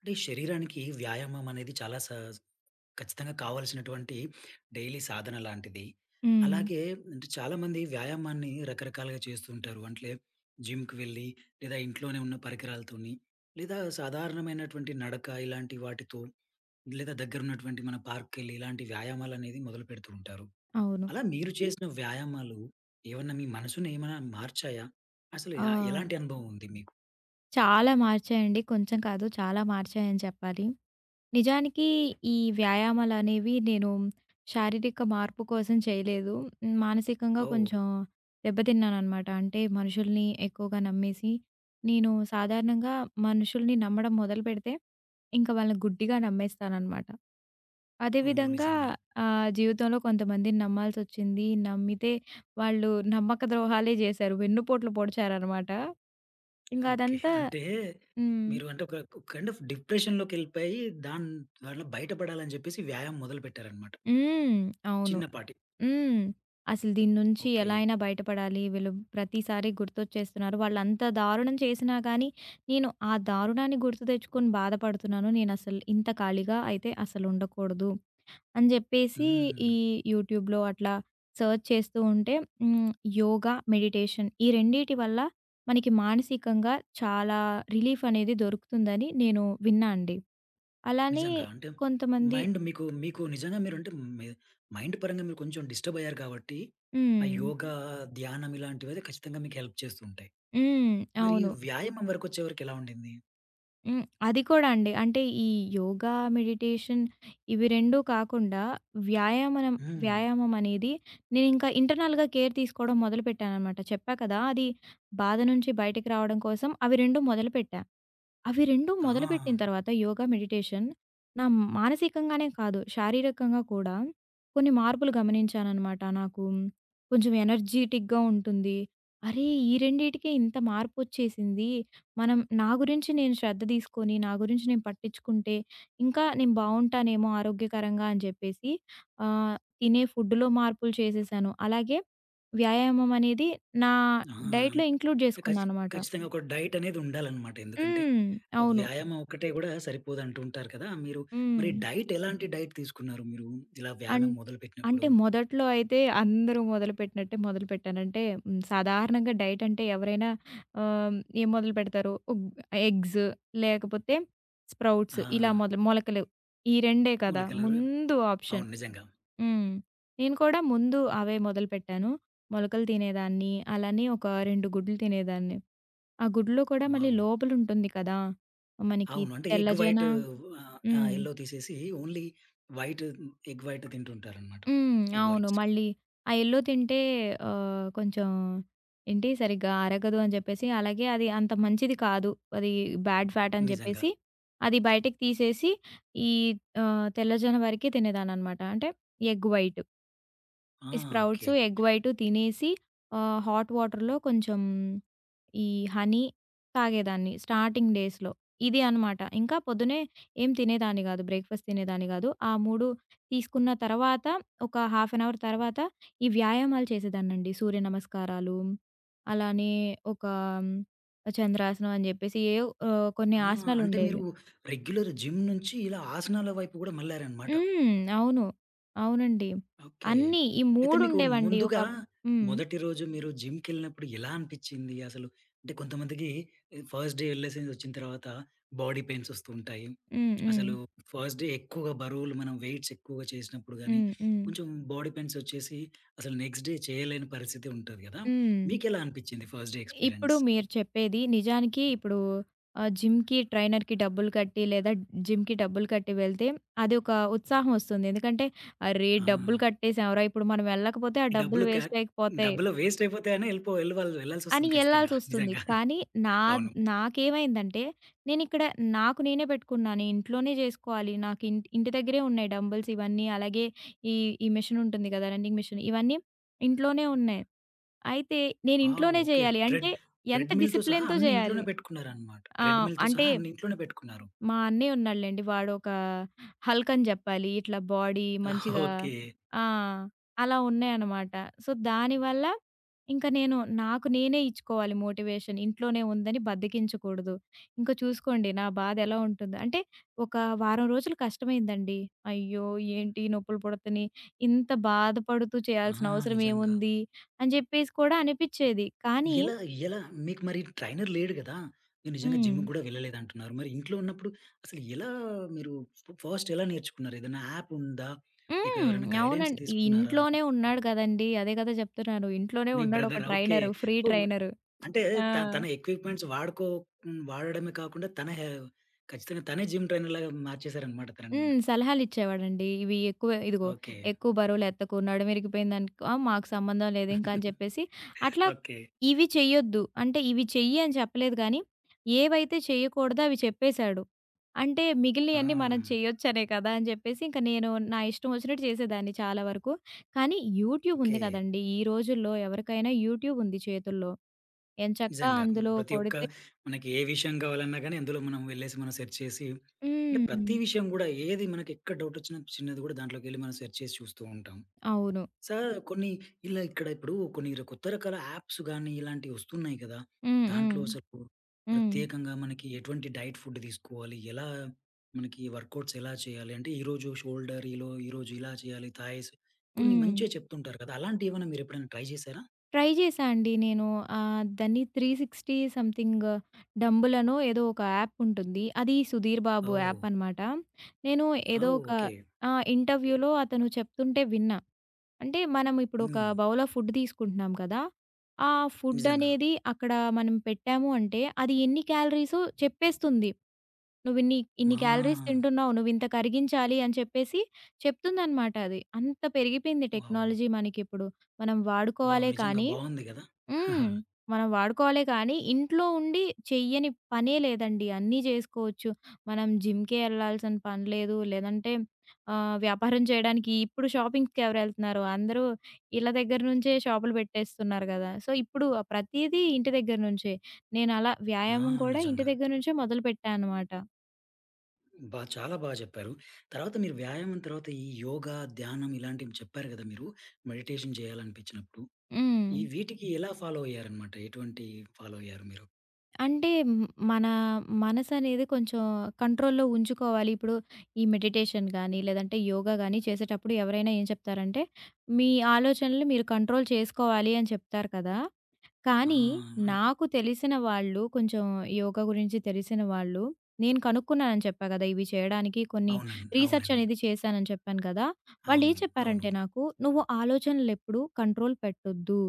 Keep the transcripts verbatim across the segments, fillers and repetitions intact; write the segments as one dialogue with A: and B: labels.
A: అంటే శరీరానికి వ్యాయామం అనేది చాలా స ఖచ్చితంగా కావాల్సినటువంటి డైలీ సాధన లాంటిది.
B: హ్మ్.
A: అలాగే, అంటే చాలామంది వ్యాయామాన్ని రకరకాలుగా చేస్తూ ఉంటారు. అంటే జిమ్‌కి వెళ్ళి, లేదా ఇంట్లోనే ఉన్న పరికరాలతోని, లేదా సాధారణమైనటువంటి నడక ఇలాంటి వాటితో, లేదా దగ్గరున్నటువంటి మన పార్క్‌కెళ్ళి ఇలాంటి వ్యాయామాలనేది మొదలుపెడుతూ ఉంటారు.
B: అవును.
A: అలా మీరు హ్మ్. చేసిన వ్యాయామాలు ఏమన్నా మీ మనసుని ఏమైనా మార్చాయా? అసలు
B: ఆ!
A: య ఎలాంటి అనుభవం ఉంది మీకు?
B: చాలా మార్చాయండి. కొంచెం కాదు చాలా మార్చాయని చెప్పాలి. నిజానికి ఈ వ్యాయామాలనేవి నేను శారీరక మార్పు కోసం చేయలేదు. హ్మ్. మానసికంగా
A: ఓహ్!
B: కొంచెం దెబ్బతిన్నాననమాట. అంటే మనుషుల్ని ఎక్కువగా నమ్మేసి, నేను సాధారణంగా మనుషుల్ని నమ్మడం మొదలుపెడితే, ఇంక వాళ్ళని గుడ్డిగా నమ్మేస్తాననమాట.
A: ఓహ్!
B: అదేవిధంగా
A: నిజంగా.
B: ఆహ్, జీవితంలో కొంతమందిని నమ్మాల్సొచ్చింది. నమ్మితే వాళ్ళు నమ్మక ద్రోహాలే జేశారు. వెన్నుపోట్లు పొడిచారనమాట. ఇంక
A: ఓకే.
B: అదంతా.
A: అంటే
B: హ్మ్.
A: మీరు అంటే ఒక కైండ్ ఆఫ్ డిప్రెషన్‌లోకెళ్ళిపోయి దాని వల్ల బయటపడాలని జెప్పేసి వ్యాయామం మొదలుపెట్టారన్నమాట.
B: హ్మ్. అవును.
A: చిన్నపాటి.
B: హ్మ్. అసలు దీని నుంచి
A: ఓకే.
B: ఎలా అయినా బయటపడాలి. వీళ్ళు ప్రతిసారి గుర్తొచ్చేస్తున్నారు. వాళ్ళంత దారుణం చేసినా గానీ, నేను ఆ దారుణాన్ని గుర్తు తెచ్చుకొని బాధపడుతున్నాను. నేనసలు ఇంత ఖాళీగా అయితే అసలు ఉండకూడదు అని జెప్పేసి
A: హ్మ్.
B: ఈ యూట్యూబ్‌లో అట్లా సెర్చ్ చేస్తూ ఉంటే హ్మ్. యోగా, మెడిటేషన్ ఈ రెండిటి వల్ల మనకి మానసికంగా చాలా రిలీఫ్ అనేది దొరుకుతుందని నేను విన్నా అండి. అలానే
A: నిజంగా అంటే
B: కొంతమంది.
A: మైండ్ మీకు మీకు నిజంగా, మీరంటే మీ మైండ్ పరంగా మీరు కొంచెం డిస్టర్బ్ అయ్యారు కాబట్టి, ఆ
B: హ్మ్.
A: యోగా, ధ్యానం ఇలాంటివైతే ఖచ్చితంగా మీకు హెల్ప్ చేస్తూ ఉంటాయి.
B: హ్మ్.
A: మరి
B: అవును.
A: వ్యాయామం వరకొచ్చేవరకెలా ఉండింది?
B: హ్మ్. అది కూడా అండి. అంటే ఈ యోగా, మెడిటేషన్ ఇవి రెండు కాకుండా వ్యాయామనం
A: హ్మ్.
B: వ్యాయామం అనేది నేనింకా ఇంటర్నల్‌గా కేర్ తీసుకోవడం మొదలుపెట్టాననమాట. చెప్పా కదా! అది బాధ నుంచి బయటికి రావడం కోసం అవి రెండు మొదలుపెట్టా. అవి రెండు
A: ఆ!
B: మొదలుపెట్టిన తర్వాత యోగా, మెడిటేషన్ నా మానసికంగానే కాదు శారీరకంగా కూడా కొన్ని మార్పులు గమనించాననమాట. నాకు కొంచెం ఎనర్జిటిక్‌గా ఉంటుంది. అరే! ఈ రెండిటికే ఇంత మార్పొచ్చేసింది. మనం నా గురించి నేను శ్రద్ధ తీసుకొని, నా గురించి నేను పట్టించుకుంటే, ఇంకా నేను బావుంటానేమో ఆరోగ్యకరంగా అని చెప్పేసి ఆహ్, తినే ఫుడ్‌లో మార్పులు చేసేసాను. అలాగే వ్యాయామం అనేది నా
A: ఆ!
B: డైట్‌లో ఇంక్లూడ్
A: అంటే ఖచ్చి
B: చేసుకున్నాననమాట.
A: ఖచ్చితంగా ఒక డైట్ అనేది ఉండాలన్నమాట. ఎందుకంటే
B: హ్మ్. అవును.
A: వ్యాయామం ఒక్కటే గూడా సరిపోదంటూ ఉంటారు కదా! మీరు
B: హ్మ్.
A: మరి డైట్, ఎలాంటి డైట్ తీసుకున్నారు మీరు ఇలా
B: అన్
A: వ్యాయామం
B: అంటే
A: మొదలుపెట్టినప్పుడు?
B: మొదట్లో అయితే అందరూ మొదలుపెట్టినట్టే మొదలుపెట్టాను. అంటే హ్మ్, సాధారణంగా డైట్ అంటే ఎవరైనా ఆహ్, ఏం మొదలుపెడతారు? ఉగ్ ఎగ్స్ లేకపోతే
A: ఆ!
B: స్ప్రౌట్స్ ఇలా మొదలు మొలకలు ఈ రెండే కదా!
A: మొలకలరు.
B: ముందు ఆప్షన్.
A: అవును. నిజంగా.
B: హ్మ్. నేను కూడా ముందు అవే మొదలుపెట్టాను. మొలకలు తినేదాన్ని. అలానే ఒక రెండు గుడ్లు తినేదాన్ని. ఆ గుడ్లో కూడా మళ్ళీ
A: వావ్!
B: లోపలుంటుంది కదా! మనకి
A: అవును. అంటే ఎగ్
B: తెల్లజొన్న.
A: వైట్, ఆహ్, ఆ!
B: హ్మ్.
A: యెల్లో తీసేసి ఓన్లీ వైట్, ఎగ్ వైట్ తింటుంటారనమాట.
B: హ్మ్.
A: ఎగ్
B: అవును.
A: వైట్స్.
B: మళ్ళీ ఆ యెల్లో తింటే ఆహ్, కొంచెం ఏంటి సరిగ్గా అరగదు అని చెప్పేసి, అలాగే అది అంత మంచిది కాదు. అది బ్యాడ్ ఫ్యాట్ అని
A: నిజంగా.
B: చెప్పేసి, అది బయటికి తీసేసి ఈ ఆహ్, తెల్లజొన్న వరకే తినేదాన్ననమాట. అంటే ఎగ్ వైట్.
A: ఆ!
B: ఈ
A: ఓకే.
B: స్ప్రౌట్స్, ఎగ్ వైట్ తినేసి ఆహ్, హాట్ వాటర్‌లో కొంచెం ఈ హనీ తాగేదాన్ని స్టార్టింగ్ డేస్‌లో. ఇది అనమాట. ఇంకా పొద్దున్నే ఏం తినేదాన్ని గాదు. బ్రేక్‌ఫాస్ట్ తినేదాన్ని గాదు. ఆ మూడు తీసుకున్న తర్వాత ఒక హాఫ్ అన్ అవర్ తర్వాత ఈ వ్యాయామాలు చేసేదాన్నండి. సూర్య నమస్కారాలు, అలానే ఒక చంద్రాసనం అని జెప్పేసి ఏవో ఆహ్, కొన్ని
A: ఆ! అంటే
B: ఆసనాలుండేవి.
A: మీరు రెగ్యులర్ జిమ్ నుంచి ఇలా ఆసనాల వైపు గూడా మళ్లారనమాట.
B: హ్మ్. అవును. అవునండి.
A: ఓకే.
B: అన్నీ ఈ
A: అయితే
B: మూడు
A: మీకు
B: ఉండేవండి. ఒక.
A: ముందుగా, హ్మ్.
B: హ్మ్.
A: మొదటి రోజు మీరు జిమ్‌కెళ్ళినప్పుడు ఎలా అనిపిచ్చింది అసలు? అంటే కొంతమందికి ఆహ్, ఫస్ట్ డే ఎళ్ళేసి వచ్చిన తర్వాత బాడీ పెయిన్స్ వస్తూ ఉంటాయి.
B: హ్మ్. హ్మ్.
A: అసలు ఫస్ట్ డే ఎక్కువగా బరువులు మనం, వెయిట్స్ ఎక్కువగా చేసినప్పుడు గానీ,
B: హ్మ్. హ్మ్.
A: కొంచెం బాడీ పెయిన్స్ వచ్చేసి అసలు నెక్స్ట్ డే చేయలేని పరిస్థితి ఉంటది గదా!
B: హ్మ్.
A: మీకెలా అనిపిచ్చింది ఫస్ట్ డే
B: ఇప్పుడు
A: ఎక్స్‌పీరియన్స్?
B: మీరు చెప్పేది నిజానికి ఇప్పుడు ఆహ్, జిమ్‌కి, ట్రైనర్‌కి డబ్బులు కట్టి లేదా జిమ్‌కి డబ్బులు కట్టి వెళ్తే అదొక ఉత్సాహం వస్తుంది. ఎందుకంటే అరే!
A: ఆ!
B: డబ్బులు కట్టేసాంరా! ఇప్పుడు మనం వెళ్ళకపోతే ఆ డబ్బులు
A: డబ్బులు క
B: వేస్ట్ అయిపోతాయి
A: డబ్బులు వేస్ట్ అయిపోతాయని ఎళ్ళిపో ఎళ్ళి వాళ్ళు
B: అని
A: వెళ్ళాల్సొస్తుంది ఖచ్చితంగా.
B: ఎళ్ళాల్సొస్తుంది.
A: నిజంగా.
B: కానీ నా
A: అవును.
B: నాకేమైందంటే నేనిక్కడ నాకు నేనే పెట్టుకున్నాను. ఇంట్లోనే చేసుకోవాలి. నాకు ఇంటి ఇంటి దగ్గరే ఉన్నాయి డంబెల్స్ ఇవన్నీ. అలాగే ఈ ఈ మెషిన్ ఉంటుంది కదా! రన్నింగ్ మెషిన్ ఇవన్నీ ఇంట్లోనే ఉన్నాయి. అయితే నేను
A: ఆ!
B: ఇంట్లోనే
A: ఓకే.
B: చేయాలి.
A: ట్రెడ్
B: అంటే ఎంత
A: ట్రెడ్‌మిల్‌తో సహా
B: డిసిప్లిన్‌తో
A: అన్నీ
B: చేయాలి.
A: ఇంట్లోనే పెట్టుకున్నారనమాట.
B: ఆ!
A: ట్రెడ్‌మిల్‌తో
B: అంటే
A: సహా అన్ని ఇంట్లోనే పెట్టుకున్నారు.
B: మా అన్నయ్య ఉన్నాడులెండి. వాడొక హల్క్ అని జెప్పాలి. ఇట్లా బాడీ మంచిగా
A: ఓకే.
B: ఆ! అలా ఉన్నాయన్నమాట. సో, దానివల్ల ఇంకా నేను నాకు నేనే ఇచ్చుకోవాలి మోటివేషన్. ఇంట్లోనే ఉందని బద్ధకించకూడదు. ఇంకా చూసుకోండి నా బాధెలా ఉంటుందో అంటే ఒక వారం రోజులు కష్టమైందండి. అయ్యో! ఏంటి ఈ నొప్పులు పుడతన్నాయి. ఇంత బాధపడుతూ
A: ఆహా!
B: చేయాల్సిన అవసరం
A: నిజంగా.
B: ఏముంది అని జెప్పేసి కూడా అనిపిచ్చేది. కానీ.
A: ఎలా ఎలా మీకు మరి ట్రైనర్ లేడు గదా! మీరు నిజంగా
B: హ్మ్.
A: జిమ్‌కి గూడా వెళ్ళలేదంటున్నారు. మరి ఇంట్లో ఉన్నప్పుడు అసలు ఎలా మీరు ఫ ఫస్ట్ ఎలా నేర్చుకున్నారు? ఏదైనా యాప్ ఉందా? లేక
B: హ్మ్.
A: ఎవరైనా గైడెన్స్
B: అవునండి. ఈ
A: తీసుకున్నారా?
B: ఇంట్లోనే ఉన్నాడు గదండీ! అదే గదా జెప్తున్నాను. ఇంట్లోనే
A: మీ
B: ఉన్నాడు ఒక
A: బ్రదరా? ఓకే.
B: ట్రైనరు. Free
A: oh! మ
B: ట్రైనరు.
A: అంటే
B: ఆ!
A: త తన ఎక్విప్‌మెంట్స్ వాడుకో హ్మ్, వాడడమే కాకుండా తన హె ఖచ్చితంగా తనే జిమ్ ట్రైనర్‌లాగా మార్చేసారనమాట తనని
B: హ్మ్.
A: మీరు.
B: సలహాలిచ్చేవాడండి. ఇవి ఎక్కువ ఇదిగో
A: ఓకే.
B: ఎక్కువ బరువులెత్తకు, నడుమిరిగిపోయిందనుకో మాకు సంబంధం లేదు ఇంకా అని చెప్పేసి, అట్లా
A: ఓకే.
B: ఇవి చెయ్యొద్దు. అంటే ఇవి చెయ్యి అని చెప్పలేదు గానీ, ఏవైతే చేయకూడదో అవి చెప్పేశాడు. అంటే
A: ఆ!
B: మిగిలినయన్నీ మనం చేయొచ్చనే కదా! అని జెప్పేసి ఇంక నేను నా ఇష్టం ఒచ్చినట్టు చేసేదాన్ని చాలా వరకు. కానీ యూట్యూబ్
A: ఓకే.
B: ఉంది కదండీ! ఈ రోజుల్లో ఎవరికైనా యూట్యూబ్ ఉంది చేతుల్లో. ఎంచక్కా
A: నిజంగా.
B: అందులో
A: ప్రతి ఒక్క,
B: కొడితే.
A: మనకి ఏ విషయం కావాలన్నా గానీ, అందులో మనం వెళ్ళేసి మనం సెర్చ్ చేసి, అంటే
B: హ్మ్.
A: ప్రతి విషయం గూడా, ఏది మనకి ఎక్కడ డౌటొచ్చినా చిన్నది గూడా దాంట్లోకెళ్ళి మనం సెర్చ్ చేసి చూస్తూ ఉంటాం.
B: అవును.
A: సో, కొన్ని ఇలా ఇక్కడ ఇప్పుడు కొన్ని ర కొత్త రకాల యాప్స్ గానీ, ఇలాంటివి వస్తున్నాయి కదా!
B: హ్మ్. హ్మ్.
A: దాంట్లో అసలు
B: హ్మ్.
A: ప్రత్యేకంగా మనకి ఎటువంటి డైట్ ఫుడ్ తీసుకోవాలి? ఎలా మనకి వర్కౌట్స్ ఎలా చేయాలి? అంటే ఈరోజు షోల్డర్, ఈలో ఈరోజు ఇలా చేయాలి. థాయిస్ కొన్ని
B: హ్మ్.
A: మంచిగా చెప్తుంటారు కదా! అలాంటివేమన్నా మీరెప్పుడైనా ట్రై చేశారా?
B: ట్రై చేశా అండి నేను. ఆహ్, దాన్ని మూడువందల అరవై సంథింగ్ డంబుల్ అనో ఏదో ఒక యాప్ ఉంటుంది. అది సుధీర్ బాబు
A: ఓహ్!
B: యాప్ అనమాట. నేను ఏదో
A: ఆవ్.
B: ఒక
A: ఓకే.
B: ఆ! ఇంటర్వ్యూలో అతను చెప్తుంటే విన్నా. అంటే మనం ఇప్పుడు ఒక
A: హ్మ్.
B: బౌల్ ఆఫ్ ఫుడ్ తీసుకుంటున్నాం కదా! ఆ ఫుడ్
A: నిజంగా.
B: అనేది అక్కడ మనం పెట్టాము అంటే అది ఎన్ని క్యాలరీసో చెప్పేస్తుంది. నువ్విన్ని ఇన్ని ఇన్ని క్యాలరీస్
A: ఆ!
B: తింటున్నావు, నువ్వింత కరిగించాలి అని చెప్పేసి చెప్తుందనమాట అది. అంత పెరిగిపోయింది
A: వావ్!
B: టెక్నాలజీ మనకిప్పుడు. మనం
A: వావ్!
B: వాడుకోవాలే
A: నిజంగా
B: కానీ.
A: బావుంది గదా!
B: హ్మ్. మనం వాడుకోవాలే కానీ ఇంట్లో ఉండి చెయ్యని పనే లేదండి. అన్నీ జేసుకోవచ్చు. మనం జిమ్‌కే ఎళ్ళాల్సిన పని లేదు. లేదంటే ఆహ్, వ్యాపారం చేయడానికి ఇప్పుడు షాపింగ్స్‌కి ఎవరెళ్తున్నారు? అందరూ ఇళ్ళ దగ్గర నుంచే షాపులు పెట్టేస్తున్నారు గదా! సో, ఇప్పుడు ప్రతీదీ ఇంటి దగ్గర నుంచే. నేనలా
A: ఆ!
B: వ్యాయామం కూడా ఇంటి
A: నిజంగా.
B: దగ్గర నుంచే మొదలుపెట్టా అనమాట.
A: బా చాలా బా జెప్పారు. తర్వాత మీరు వ్యాయామం తర్వాత ఈ యోగా, ధ్యానం ఇలాంటివి చెప్పారు గదా! మీరు మెడిటేషన్ జేయాలనిపించినప్పుడు.
B: హ్మ్.
A: ఈ వీటికి ఎలా ఫాలో అయ్యారనమాట? ఎటువంటి ఫాలో అయ్యారు మీరు?
B: అంటే హ్మ్, మన మనసనేది కొంచెం కంట్రోల్‌లో ఉంచుకోవాలి. ఇప్పుడు ఈ మెడిటేషన్ గానీ, లేదంటే యోగా గానీ చేసేటప్పుడు ఎవరైనా ఏం చెప్తారంటే, మీ ఆలోచనలు మీరు కంట్రోల్ చేసుకోవాలి అని చెప్తారు కదా!
A: ఆ!
B: కానీ
A: అన్
B: నాకు తెలిసిన వాళ్ళు కొంచెం యోగా గురించి తెలిసిన వాళ్ళు, నేను కనుక్కున్నానని చెప్పా కదా! ఇవి చేయడానికి కొన్ని
A: అవునండి.
B: రీసెర్చ్
A: అవునండి.
B: అనేది చేశానని చెప్పాను కదా! వాళ్ళేం
A: అవును. అవును.
B: చెప్పారంటే నాకు, "నువ్వు ఆలోచనలెప్పుడు కంట్రోల్ పెట్టొద్దు.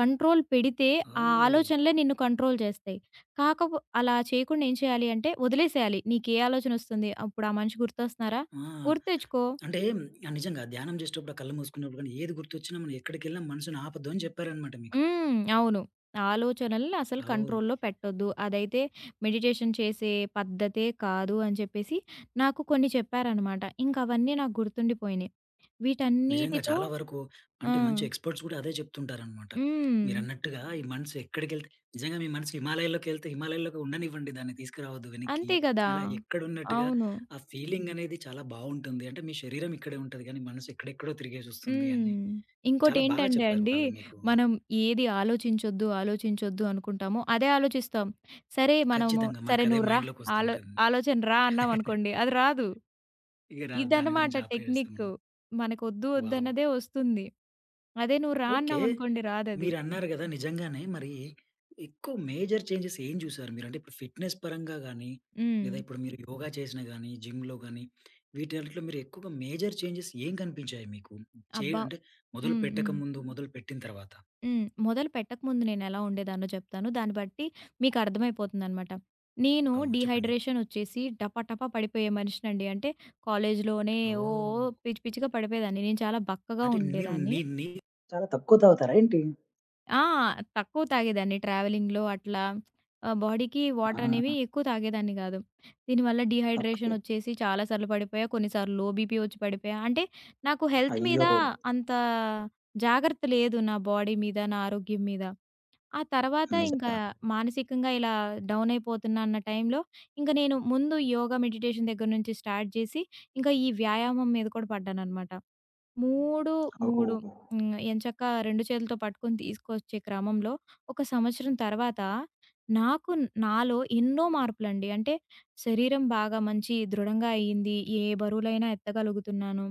B: కంట్రోల్ పెడితే ఆ
A: ఓహ్!
B: ఆలోచనలే నిన్ను కంట్రోల్ చేస్తాయి. కాకపో అలా చేయకుండా ఏం చేయాలి అంటే వదిలేసేయాలి. నీకే ఆలోచనొస్తుంది అప్పుడు ఆ మనిషి గుర్తొస్తున్నారా?
A: ఆ!
B: గుర్తెచ్చుకో."
A: అంటే నిజంగా ధ్యానం జేసేటప్పుడు ఆ కళ్ళు మూసుకున్నప్పుడు గాని ఏది గుర్తొచ్చినా మనం ఎక్కడికెళ్ళినా మనసుని ఆపొద్దు అని జెప్పారనమాట మీకు.
B: హ్మ్. అవును. ఆలోచనలని అసలు
A: ఓహ్!
B: కంట్రోల్‌లో పెట్టొద్దు. అదైతే మెడిటేషన్ చేసే పద్ధతే కాదు అని చెప్పేసి నాకు కొన్ని చెప్పారనమాట. ఇంకవన్నీ నాకు గుర్తుండిపోయినియి.
A: నిజంగా
B: వీటన్నిటితో.
A: చాలా వరకు
B: ఆ!
A: అంటే మంచి ఎక్స్‌పర్ట్స్ కూడా అదే చెప్తుంటారనమాట.
B: హ్మ్.
A: మీరన్నట్టుగా ఈ మనసు ఎక్కడికెళ్తే, నిజంగా మీ మనసు హిమాలయాల్లోకెళ్తే హిమాలయాల్లోకి ఉండనివ్వండి, దాన్ని తీసుకురావద్దు వెనక్కి.
B: అంతే గదా!
A: అలా ఎక్కడున్నట్టుగా
B: అవును.
A: ఆ ఫీలింగ్ అనేది చాలా బావుంటుంది. అంటే మీ శరీరం ఇక్కడే ఉంటది కానీ మనసు ఎక్కడెక్కడో తిరిగేసొస్తుంది అని
B: హ్మ్.
A: చాలా బాగా
B: ఇంకోటేంటంటే
A: చెప్పారు
B: అండి,
A: వాళ్ళు మీకు.
B: మనం ఏది ఆలోచించొద్దు, ఆలోచించొద్దు అనుకుంటామో అదే ఆలోచిస్తాం. సరే మనము
A: ఖచ్చితంగా
B: సరే
A: మనకదే
B: నువ్వు రా ఆలో
A: మైండ్‌లోకొస్తుంటుంది.
B: ఆలోచన రా అన్నామనుకోండి అది రాదు.
A: ఇక రా, దాని
B: ఇదనమాట
A: గురించి ఆపేస్తాం.
B: టెక్నిక్కు. మనకొద్దు
A: వావ్!
B: వద్దన్నదే వస్తుంది. అదే నువ్వు రా
A: ఓకే.
B: అన్నామనుకోండి రాదది.
A: మీరన్నారు గదా! నిజంగానే మరి ఎక్కువ మేజర్ చేంజెస్ ఏం జూసారు మీరు? అంటే ఇప్పుడు ఫిట్‌నెస్ పరంగా గానీ,
B: హ్మ్.
A: లేదా ఇప్పుడు మీరు యోగా చేసినా గానీ, జిమ్‌లో గానీ, వీటన్నిటిలో మీరు ఎక్కువగా మేజర్ చేంజెస్ ఏం కనిపించాయి మీకు? చే
B: అబ్బా!
A: అంటే మొదలు
B: హ్మ్.
A: పెట్టక
B: హ్మ్.
A: ముందు, మొదలు పెట్టిన తర్వాత?
B: హ్మ్. మొదలు పెట్టకముందు నేనెలా ఉండేదాన్నో చెప్తాను. దాన్ని బట్టి మీకు అర్థమైపోతుందనమాట. నేను
A: అవు చెప్పండి.
B: డీహైడ్రేషన్ ఒచ్చేసి టపా టపా పడిపోయే మనిషినండి. అంటే కాలేజ్‌లోనే ఓ ఓ
A: ఓహ్!
B: పిచ్చి పిచ్చిగా పడిపోయేదాన్ని. నేను చాలా బక్కగా
A: అంటే మీరు
B: ఉండేదాన్ని.
A: నీ నీ చాలా తక్కువ తాగుతారా ఏంటి?
B: ఆ! తక్కువ తాగేదాన్ని ట్రావెలింగ్‌లో అట్లా ఆహ్, బాడీకి వాటర్ అనేవి
A: ఆ!
B: ఎక్కువ తాగేదాన్ని గాదు. దీనివల్ల
A: ఓకే.
B: డీహైడ్రేషన్ ఒచ్చేసి చాలా సార్లు పడిపోయా. కొన్నిసార్లు లో బీపీ ఒచ్చి పడిపోయా. అంటే నాకు హెల్త్ మీద
A: అయ్యో!
B: అంత జాగ్రత్త లేదు. నా బాడీ మీద, నా ఆరోగ్యం మీద. ఆ తర్వాత ఇంకా
A: నిజంగా.
B: మానసికంగా ఇలా డౌన్ అయిపోతున్నా అన్న టైంలో, ఇంక నేను ముందు యోగా, మెడిటేషన్ దగ్గర నుంచి స్టార్ట్ చేసి, ఇంకా ఈ వ్యాయామం మీద కూడా పడ్డాననమాట. మూడు, మూడు.
A: ఓహ్!
B: హ్మ్. ఎంచక్కా రెండు చేతులతో పట్టుకొని తీసుకొచ్చే క్రమంలో ఒక సంవత్సరం తర్వాత నాకు నాలో ఎన్నో మార్పులండి. అంటే శరీరం బాగా మంచి దృఢంగా అయింది. ఏ బరువులైనా ఎత్తగలుగుతున్నాను.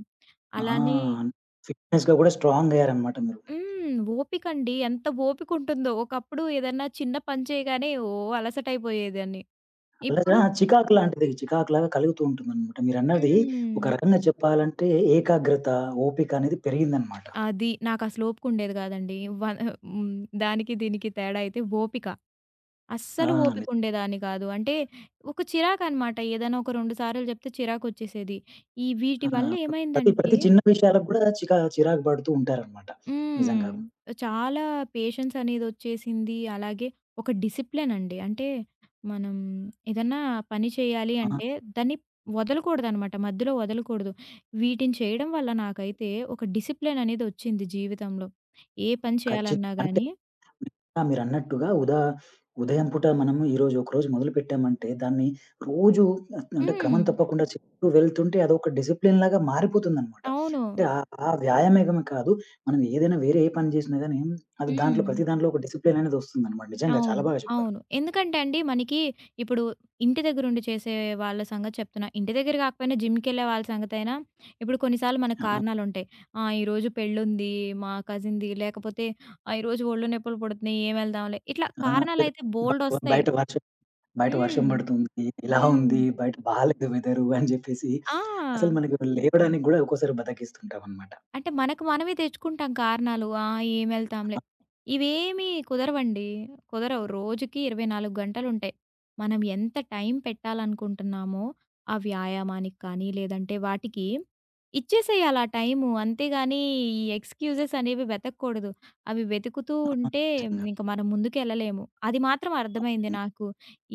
B: అలానే.
A: ఆ! ఫిట్‌నెస్‌గా గూడా స్ట్రాంగ్ అయ్యారనమాట మీరు.
B: హ్మ్. ఓపికండి. ఎంత ఓపికుంటుందో. ఒకప్పుడు ఏదన్నా చిన్న పని చేయగానే ఓహ్! అలసటైపోయేదాన్ని.
A: లేదా
B: ఇప్పుడు.
A: చికాకు లాంటిది. చికాకులాగా కలుగుతూ ఉంటుందనమాట మీరన్నది. ఒక
B: హ్మ్.
A: రకంగా చెప్పాలంటే ఏకాగ్రత, ఓపిక అనేది పెరిగిందనమాట.
B: అది. నాకసలు ఓపికుండేది కాదండి. వ హ్మ్. దానికి దీనికి తేడా అయితే ఓపిక.
A: ఆ!
B: అస్సలు
A: ని
B: ఓపికుండేదాన్ని కాదు. అంటే ఒక చిరాకనమాట. ఏదైనా ఒక రెండు సార్లు చెప్తే చిరాకొచ్చేసేది. ఈ వీటి
A: ఆ!
B: వల్ల
A: ప్రతి,
B: ఏమైందంటే.
A: ప్రతి చిన్న విషయాలకు గూడా చికా చిరాకు పడుతూ ఉంటారనమాట.
B: హ్మ్.
A: నిజంగా.
B: చాలా పేషెన్స్ అనేదొచ్చేసింది. అలాగే ఒక డిసిప్లిన్ అండి. అంటే మనం ఏదన్నా పని చేయాలి
A: ఆ!
B: అంటే దాన్ని వదలకూడదనమాట. మధ్యలో వదలకూడదు. వీటిని చేయడం వల్ల నాకైతే ఒక డిసిప్లిన్ అనేదొచ్చింది జీవితంలో. ఏ పని
A: ఖచ్చిత
B: చేయాలన్నా
A: అన్
B: గానీ.
A: ఆ! మీరన్నట్టుగా ఉదా ఉదయం పూట మనము ఈరోజు ఒకరోజు మొదలుపెట్టామంటే దాన్ని రోజు, అంటే
B: హ్మ్.
A: క్రమం తప్పకుండా చేస్తూ వెళ్తుంటే అదొక డిసిప్లిన్‌లాగా మారిపోతుందనమాట.
B: అవును.
A: అంటే ఆ ఆ వ్యాయామమే కాదు, మనం ఏదైనా వేరే ఏ పని చేసినా గాని అది దాంట్లో
B: హ్మ్.
A: ప్రతి దాంట్లో ఒక డిసిప్లిన్ అనేది వస్తుందనమాట. నిజంగా చాలా
B: అవును.
A: బాగా చెప్పారు.
B: అవును. ఎందుకంటే అండి మనకి ఇప్పుడు ఇంటి దగ్గరుండి చేసే వాళ్ళ సంగతి చెప్తున్నా. ఇంటి దగ్గర కాకపోయినా జిమ్‌కెళ్ళే వాళ్ళ సంగతైనా ఇప్పుడు కొన్నిసార్లు మనకు
A: ఆ!
B: కారణాలుంటాయి. ఆహ్, ఈరోజు పెళ్లుంది, మా కజిన్‌ది లేకపోతే ఆహ్, ఈరోజు ఒళ్ళు నొప్పులు పుడుతున్నాయి, ఏం వెళ్దాంలే. ఇట్లా
A: ఆ!
B: కారణాలైతే
A: బ బ
B: బోలెడొస్తాయి.
A: బయట వర్షం బయట వర్షం
B: హ్మ్.
A: పడుతుంది, ఇలా
B: హ్మ్.
A: ఉంది, బయట బాలేదు వెదరు అని చెప్పేసి
B: ఆ!
A: అసలు మనకి లేవడానికి గూడా ఒక్కోసారి బద్ధకిస్తుంటామనమాట.
B: అంటే మనకు మనమే తెచ్చుకుంటాం కారణాలు. ఆ! ఏమెళ్తాంలే. ఇవేమీ కుదరవండి. కుదరవు. రోజుకి ఇరవై నాలుగు గంటలుంటాయి. మనం ఎంత టైం పెట్టాలనుకుంటున్నామో, ఆ వ్యాయామానికి కానీ, లేదంటే వాటికి ఇచ్చేసేయాలి ఆ టైము. అంతేగాని ఈ ఎక్స్‌క్యూజెస్ అనేవి వెతకూడదు. అవి వెతుకుతూ
A: ఆ!
B: ఉంటే
A: నిజంగా.
B: ఇంక మనం ముందుకెళ్ళలేము. అది మాత్రం అర్థమైంది నాకు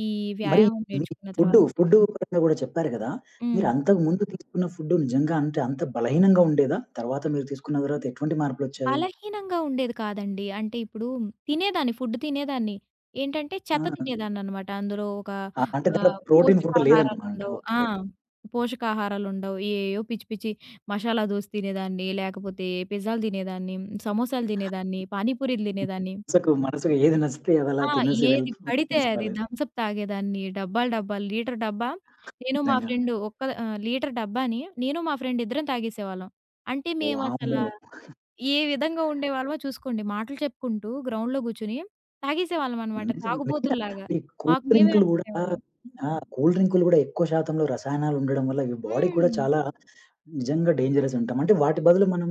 B: ఈ
A: మరి
B: వ్యాయామం
A: మీ
B: నేర్చుకున్న
A: ఫుడ్డు,
B: తర్వాత.
A: ఫుడ్డు పరంగా గూడా చెప్పారు గదా!
B: హ్మ్.
A: మీరు అంతకుముందు తీసుకున్న ఫుడ్డు నిజంగా, అంటే అంత బలహీనంగా ఉండేదా? తర్వాత మీరు తీసుకున్న తర్వాత ఎటువంటి మార్పులొచ్చాయి?
B: బలహీనంగా ఉండేది కాదండి. అంటే ఇప్పుడు తినేదాన్ని, ఫుడ్ తినేదాన్ని. ఏంటంటే
A: ఆ!
B: చెత్త తినేదాన్ననమాట. అందులో ఒక
A: ఆ! అంటే దాంట్లో
B: ఆహ్,
A: ప్రోటీన్ ఫుడ్ లేదనమాట.
B: పోషకాహారాలుండవు. ఆ!
A: ఓకే.
B: పోషకాహారాలుండవు. ఏయో పిచ్చి పిచ్చి మసాలా దోస తినేదాన్ని, లేకపోతే పిజ్జాలు తినేదాన్ని, సమోసాలు తినేదాన్ని, పానీపూరీలు తినేదాన్ని.
A: మనసుకు మనసుకు ఏది నచ్చితే అదలా
B: ఆ!
A: తినేసి
B: ఏది
A: వెళ్ళిపో
B: పడితే అది
A: తినేసేవాళ్ళు.
B: థమ్సప్ తాగేదాన్ని. డబ్బాలు డబ్బాలు లీటర్ డబ్బా నేను మా
A: నిజంగా.
B: ఫ్రెండ్ ఒక్క ఆహ్, లీటర్ డబ్బాని నేను మా ఫ్రెండ్ ఇద్దరం తాగేసేవాళ్ళం. అంటే మేమసల
A: వామ్మో!
B: ఏ విధంగా ఉండేవాళ్ళమో చూసుకోండి. మాటలు చెప్పుకుంటూ గ్రౌండ్‌లో గూర్చొని తాగేసేవాళ్ళమనమాట.
A: నిజం. నిజంగా
B: తాగుబోతుల్లాగా.
A: ఈ కూల్
B: మాకు మేమే
A: డ్రింకులు గూడా
B: అనుకునేవాళ్ళం.
A: ఆ! కూల్ డ్రింకులు గూడా ఎక్కువ శాతంలో రసాయనాలు ఉండడం వల్ల ఇవి బాడీకి కూడా
B: హ్మ్.
A: చాలా నిజంగా డేంజరస్ ఉంటాం. అంటే వాటి బదులు మనం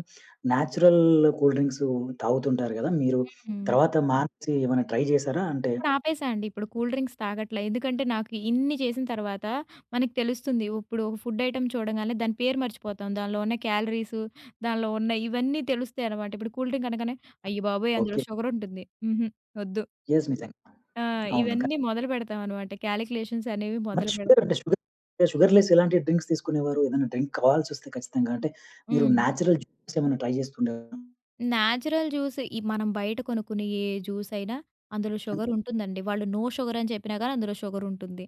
A: నేచురల్ కూల్ డ్రింక్స్ తాగుతుంటారు గదా! మీరు
B: హ్మ్.
A: తర్వాత మానేసి ఏమైనా ట్రై జేసారా? అంటే
B: ఇప్పుడు ఆపేసా అండి. ఇప్పుడు కూల్ డ్రింక్స్ తాగట్లా. ఎందుకంటే నాకు ఇన్ని చేసిన తర్వాత మనకి తెలుస్తుంది. ఇప్పుడు ఒక ఫుడ్ ఐటెమ్ చూడంగానే దాని పేరు మర్చిపోతాం. దానిలో ఉన్న క్యాలరీస్, దానిలో ఉన్న ఇవన్నీ తెలుస్తాయనమాట. ఇప్పుడు కూల్ డ్రింక్ అనగానే అయ్య బాబోయ్! అందులో
A: ఓకే.
B: షుగర్ ఉంటుంది. హుహు. వద్దు.
A: యెస్. నిజంగా.
B: ఆ!
A: అవును. క
B: ఇవన్నీ మొదలు పెడతామనమాట. కాలిక్యులేషన్స్ అనేవి
A: మరి
B: మొదలు
A: షుగర్
B: పెడతాం.
A: అంటే షుగర్ షుగర్ లెస్ ఎలాంటి డ్రింక్స్ తీసుకునేవారు? ఏదైనా డ్రింక్ కావాల్సొస్తే ఖచ్చితంగా, అంటే మీరు
B: హ్మ్.
A: నేచురల్ జ్యూసెస్ ఏమైనా ట్రై జేస్తుండేవారా?
B: నేచురల్ జ్యూస్ ఈ మనం బయట కొనుక్కునే ఏ జ్యూస్ అయినా అందులో షుగర్ ఉంటుందండి. వాళ్ళు నో షుగర్ అని చెప్పినా గాని అందులో షుగర్ ఉంటుంది.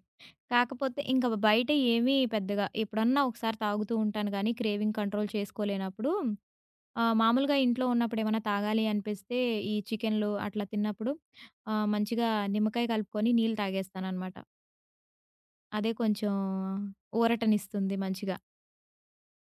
B: కాకపోతే ఇంక బయట ఏమీ పెద్దగా ఎప్పుడన్నా ఒకసారి తాగుతూ ఉంటాను గానీ క్రేవింగ్ కంట్రోల్ చేసుకోలేనప్పుడు ఆహ్, మామూలుగా ఇంట్లో ఉన్నప్పుడు ఏమన్నా తాగాలి అనిపిస్తే ఈ చికెన్‌లు అట్లా తిన్నప్పుడు ఆహ్, మంచిగా నిమ్మకాయ కలుపుకొని నీళ్ళు తాగేస్తాననమాట. అదే కొంచెం ఊరటనిస్తుంది మంచిగా.